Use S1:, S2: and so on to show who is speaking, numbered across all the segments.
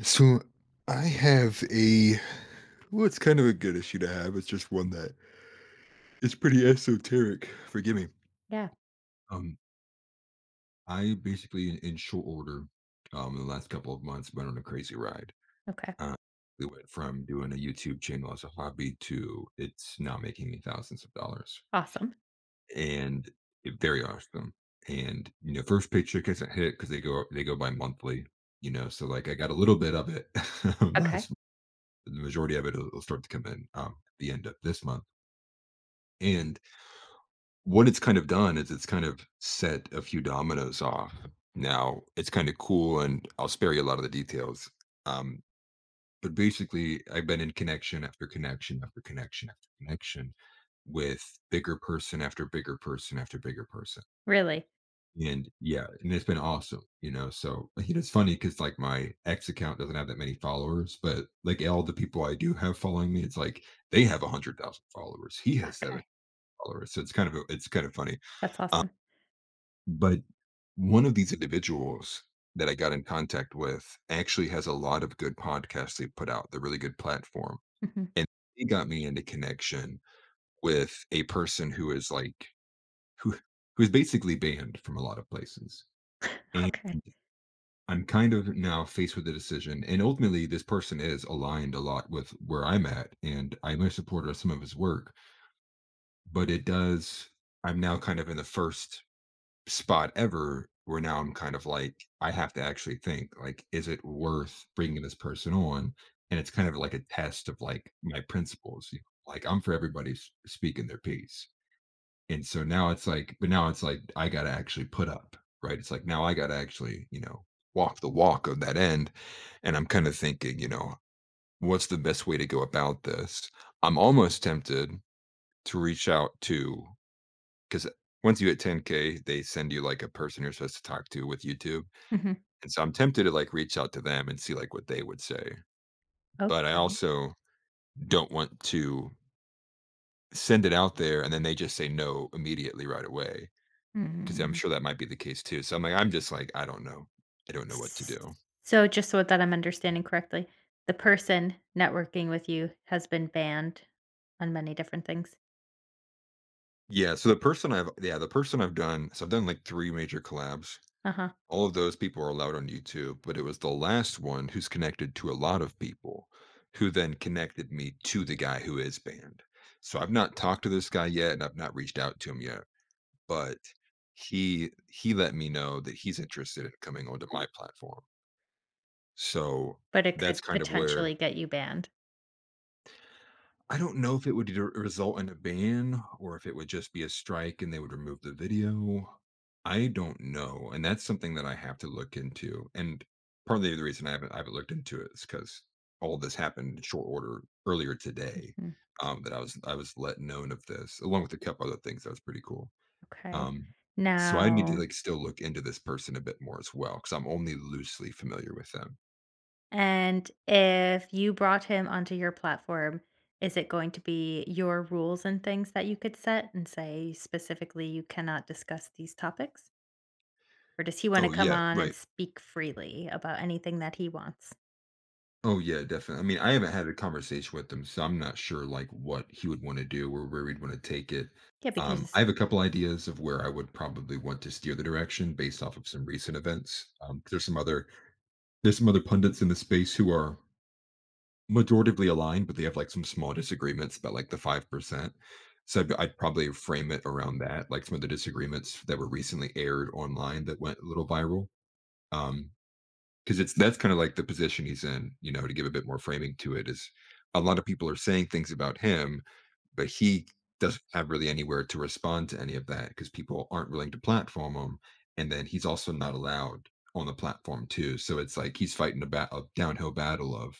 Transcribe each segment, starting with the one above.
S1: So I have a well, it's kind of a good issue to have. It's just one that is pretty esoteric. Forgive me.
S2: Yeah,
S1: Um, I basically, in short order, the last couple of months went on a crazy ride.
S2: okay,
S1: Uh, we went from doing a YouTube channel as a hobby to it's now making me thousands of dollars,
S2: awesome.
S1: and very awesome. And first paycheck isn't hit because they go by monthly. So like I got a little bit of it.
S2: Okay,
S1: last the majority of it will start to come in at the end of this month. And what it's kind of done is it's kind of set a few dominoes off. Now it's kind of cool, and I'll spare you a lot of the details. Um, but basically, I've been in connection after connection after connection after connection with bigger person after bigger person after bigger person.
S2: really?
S1: And yeah, and it's been awesome, so it's funny 'cause, like, my X account doesn't have that many followers, but, like, all the people I do have following me, it's like they have 100,000 followers. He has 7
S2: Okay,
S1: followers, so it's kind of funny.
S2: that's
S1: Um,
S2: awesome.
S1: but one of these individuals that I got in contact with actually has a lot of good podcasts they put out. They're really good platform,
S2: Mhm,
S1: and he got me into connection with a person who who is basically banned from a lot of places.
S2: okay,
S1: I'm kind of now faced with a decision, and ultimately, this person is aligned a lot with where I'm at, and I'm a supporter of some of his work. But it does, I'm now kind of in the first spot ever where now I'm kind of like, I have to actually think, like, is it worth bringing this person on? And it's kind of like a test of like my principles. You know? Like, I'm for everybody speaking their piece. And so now it's like but now it's like I gotta actually put up, right? It's like now I gotta actually, walk the walk of that end. And I'm kinda thinking, what's the best way to go about this? I'm almost tempted to reach out to, because once you hit 10K, they send you like a person you're supposed to talk to with YouTube.
S2: mhm,
S1: And so I'm tempted to like reach out to them and see like what they would say. But I
S2: okay.
S1: also don't want to send it out there and then they just say no immediately right away. 'Cause I'm
S2: Mm.
S1: sure that might be the case too. So I'm just like, "I don't know. I don't know what to
S2: S
S1: do."
S2: so just so that I'm understanding correctly, the person networking with you has been banned on many different things?
S1: Yeah, so the person I've yeah, the person I've done so I've done, like, 3 major collabs.
S2: Uh-huh,
S1: All of those people are allowed on YouTube, but it was the last one who's connected to a lot of people who then connected me to the guy who is banned. So I've not talked to this guy yet, and I've not reached out to him yet, but he let me know that he's interested in coming onto my platform. So
S2: but it
S1: that's
S2: could
S1: kind of where
S2: potentially get you banned.
S1: I don't know if it would r result in a ban or if it would just be a strike and they would remove the video. I don't know, and that's something that I have to look into, and partly the reason I haven't looked into it is because all this happened in short order earlier today,
S2: Mhm,
S1: that I was let known of this, along with a couple other things that was pretty cool.
S2: okay.
S1: Um, so I need to
S2: Now
S1: like still look into this person a bit more as well because I'm only loosely familiar with them.
S2: And if you brought him onto your platform, is it going to be your rules and things that you could set and say specifically you cannot discuss these topics? Or does he want to
S1: Oh
S2: come
S1: yeah,
S2: on and
S1: right.
S2: speak freely about anything that he wants?
S1: Oh yeah, definitely. I mean, I haven't had a conversation with him, so I'm not sure like what he would want to do or where we'd want to take it.
S2: Yeah,
S1: I
S2: because
S1: have a couple ideas of where I would probably want to steer the direction based off of some recent events. There's some other pundits in the space who are majoritively aligned, but they have, like, some small disagreements about, like, the 5%. So, I'd probably frame it around that, like, some of the disagreements that were recently aired online that went a little viral. Um, Because it's that's kinda like the position he's in, to give a bit more framing to it is a lot of people are saying things about him, but he doesn't have really anywhere to respond to any of that because people aren't willing to platform him, and then he's also not allowed on the platform too. So, it's like he's fighting a downhill battle of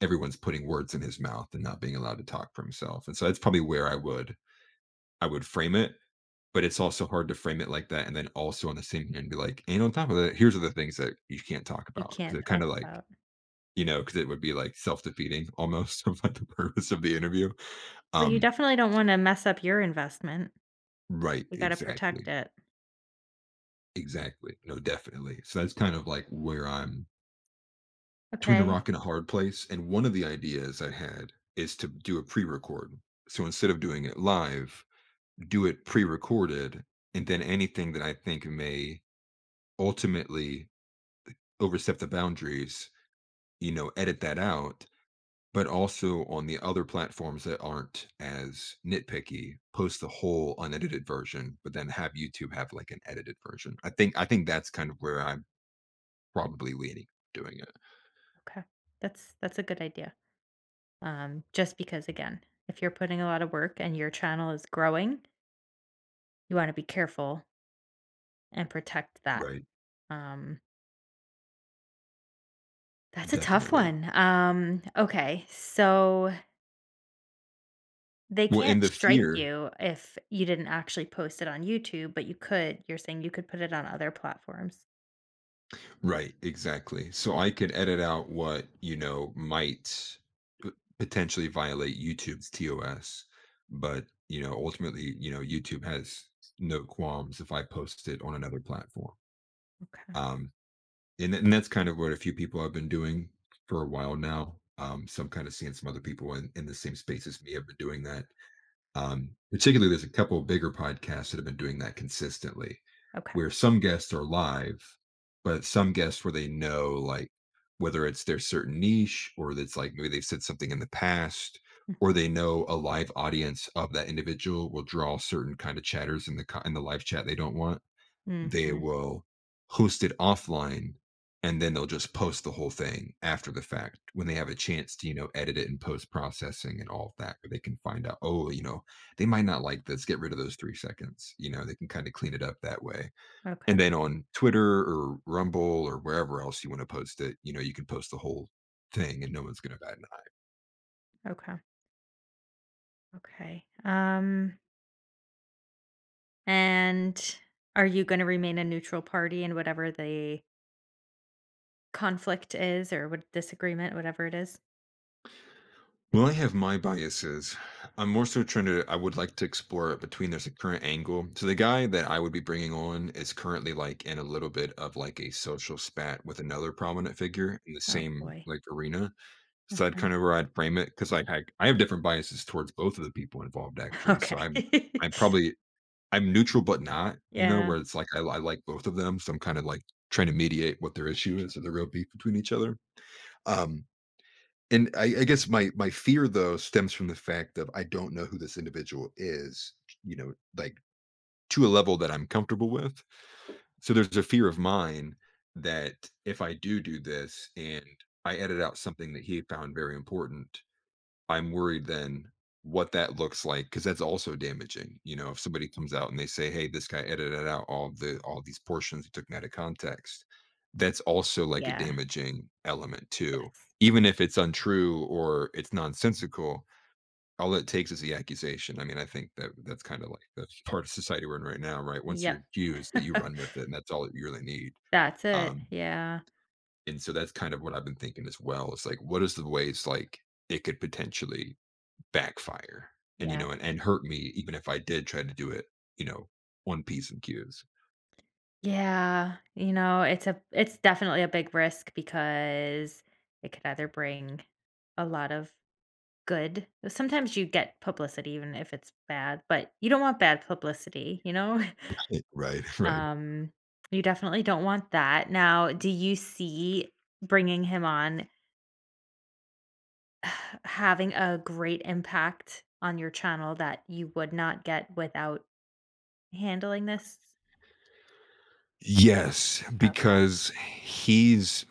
S1: everyone's putting words in his mouth and not being allowed to talk for himself. And so that's probably where I would frame it. But it's also hard to frame it like that, and then also on the same hand be like, and on top of that, here's are the things that you can't talk
S2: you
S1: about
S2: can't
S1: because it
S2: talk
S1: kind of like
S2: about.
S1: because it would be like self defeating almost of like the purpose of the interview.
S2: Well, you
S1: Um,
S2: definitely don't
S1: so-
S2: want to mess up your investment.
S1: right,
S2: You got to protect
S1: exactly,
S2: it.
S1: exactly, no, definitely. So that's kind of like where I'm between a
S2: Okay.
S1: rock and a hard place. And one of the ideas I had is to do a pre-record. So instead of doing it live, do it pre-recorded, and then anything that I think may ultimately overstep the boundaries, edit that out. But also, on the other platforms that aren't as nitpicky, post the whole unedited version, but then have YouTube have like an edited version. I think that's kind of where I'm probably leaning doing it.
S2: Okay. That's a good idea. Just because again, if you're putting a lot of work and your channel is growing, you want to be careful and protect that.
S1: Right.
S2: Um, that's a tough
S1: Definitely.
S2: one. Okay, so they
S1: Well, and
S2: can't
S1: the
S2: strike
S1: fear.
S2: you if you didn't actually post it on YouTube, but you could, you're saying you could put it on other platforms.
S1: Right, exactly. So I could edit out what, might p potentially violate YouTube's TOS, but, ultimately, YouTube has no qualms if I post it on another platform.
S2: Okay,
S1: Um, and that's kind of what a few people have been doing for a while now. So I'm kinda seeing some other people in the same space as me have been doing that. Particularly, there's a couple of bigger podcasts that have been doing that consistently,
S2: okay.
S1: where some guests are live, but some guests where they know, like, whether it's their certain niche or that's like maybe they've said something in the past, or
S2: Mhm,
S1: they know a live audience of that individual will draw certain kind of chatters in the live chat they don't want. They
S2: mhm,
S1: will host it offline, and then they'll just post the whole thing after the fact when they have a chance to edit it, and post processing and all of that, where they can find out, oh, you know, they might not like this, get rid of those 3 seconds, you know, they can kind of clean it up that way.
S2: okay,
S1: And then on Twitter or Rumble or wherever else you want to post it, you know, you can post the whole thing, and no one's going to bat an.
S2: okay, okay. And are you gonna remain a neutral party in whatever the conflict is, or what disagreement, whatever it is?
S1: Well, I have my biases. I'm more so trying to, I would like to explore it between there's a current angle. So the guy that I would be bringing on is currently like in a little bit of like a social spat with another prominent figure in the
S2: Oh
S1: same
S2: boy.
S1: like arena. So that
S2: Mhm.
S1: kind of where I'd frame it because like I have different biases towards both of the people involved actually. So I'm,
S2: Okay.
S1: I'm probably, I'm neutral but not,
S2: Yeah,
S1: where it's like I like both of them. So I'm kind of like trying to mediate what their issue is or the real beef between each other. Um, and I guess my fear though stems from the fact of I don't know who this individual is, like to a level that I'm comfortable with. So there's a fear of mine that if I do this and I edit out something that he found very important, I'm worried then what that looks like because that's also damaging, if somebody comes out and they say, "Hey, this guy edited out all these portions, he took 'em out of context," that's also, like, a
S2: yeah,
S1: damaging element too.
S2: yes.
S1: Even if it's untrue or it's nonsensical, all it takes is the accusation. I mean, I think that that's kinda like the part of society we're in right now, right? Once you're
S2: Yep.
S1: accused, that you run with it, and that's all that you really need.
S2: That's it.
S1: Um,
S2: Yeah.
S1: and so that's kind of what I've been thinking as well. It's like, what is the ways, like, it could potentially backfire and, you
S2: Yeah.
S1: know, and hurt me even if I did try to do it, you know, on P's and Q's.
S2: Yeah. You know, it's a, it's definitely a big risk because it could either bring a lot of good. Sometimes you get publicity even if it's bad, but you don't want bad publicity, you know?
S1: Right, right.
S2: Um, you definitely don't want that. Now, do you see bringing him on, having a great impact on your channel that you would not get without handling this?
S1: Yes, because he's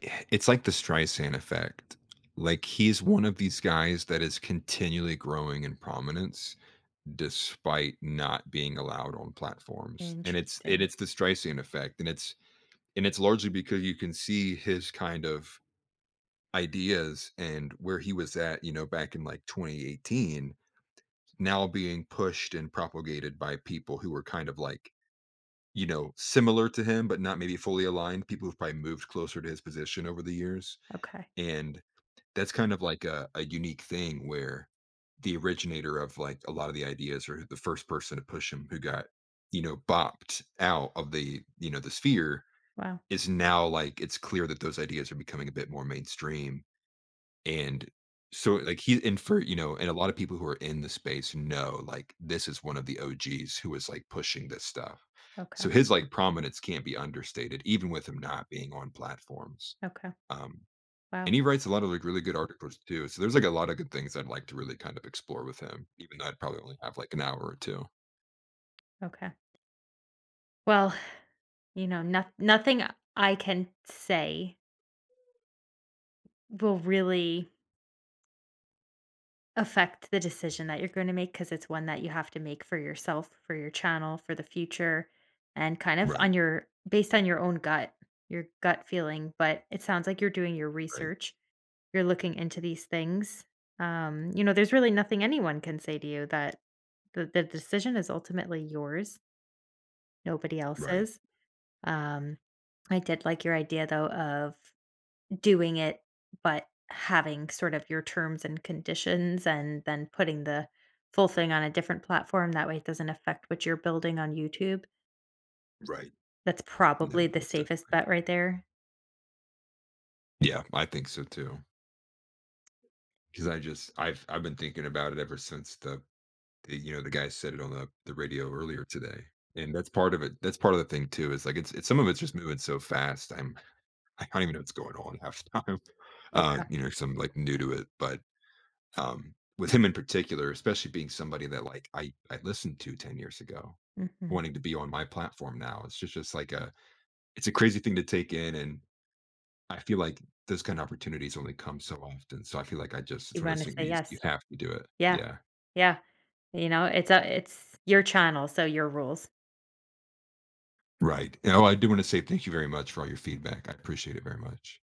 S1: it's like the Streisand effect. Like, he's one of these guys that is continually growing in prominence despite not being allowed on platforms, and it's and
S2: Interesting.
S1: it's the Streisand effect, and it's largely because you can see his kind of ideas and where he was at, back in, like, 2018 now being pushed and propagated by people who were kind of like, similar to him, but not maybe fully aligned. People who've probably moved closer to his position over the years.
S2: Okay.
S1: And that's kind of like a unique thing where the originator of like a lot of the ideas or the first person to push him who got, bopped out of the sphere
S2: Wow.
S1: is now like it's clear that those ideas are becoming a bit more mainstream, and so like he and for you know, and a lot of people who are in the space know like this is one of the OGs who was like pushing this stuff.
S2: Okay.
S1: So his like prominence can't be understated, even with him not being on platforms.
S2: Okay.
S1: Um,
S2: Wow.
S1: and he writes a lot of like really good articles too. So there's like a lot of good things I'd like to really kind of explore with him, even though I'd probably only have like an hour or two.
S2: Okay. Well, you know, not, nothing I can say will really affect the decision that you're going to make, because it's one that you have to make for yourself, for your channel, for the future, and kind of on
S1: Right,
S2: your based on your own gut, your gut feeling. But it sounds like you're doing your
S1: right,
S2: research. You're looking into these things. You know, there's really nothing anyone can say to you that the decision is ultimately yours. Nobody
S1: right,
S2: else's. Um, I did like your idea though of doing it, but having sort of your terms and conditions and then putting the full thing on a different platform. That way it doesn't affect what you're building on YouTube.
S1: right.
S2: That's
S1: No,
S2: probably the
S1: most
S2: safest
S1: definitely.
S2: bet right there.
S1: Yeah, I think so too. Because I just I've been thinking about it ever since the guy said it on the radio earlier today, and that's part of the thing too, is, like, it's some of it's just moving so fast, I'm I don't even know what's going on half the time,
S2: Okay.
S1: 'cause I'm, like, new to it, but, with him in particular, especially being somebody that, like, I listened to 10 years ago,
S2: Mhm.
S1: wanting to be on my platform now, it's just like a it's a crazy thing to take in, and I feel like those kind of opportunities only come so often, so I feel like I just it's
S2: You
S1: one of
S2: want
S1: those
S2: to
S1: things
S2: say yes.
S1: you have to do it.
S2: Yeah.
S1: Yeah.
S2: Yeah. You know, it's a, it's your channel, so your rules.
S1: Right. Oh, I do wanna say thank you very much for all your feedback. I appreciate it very much.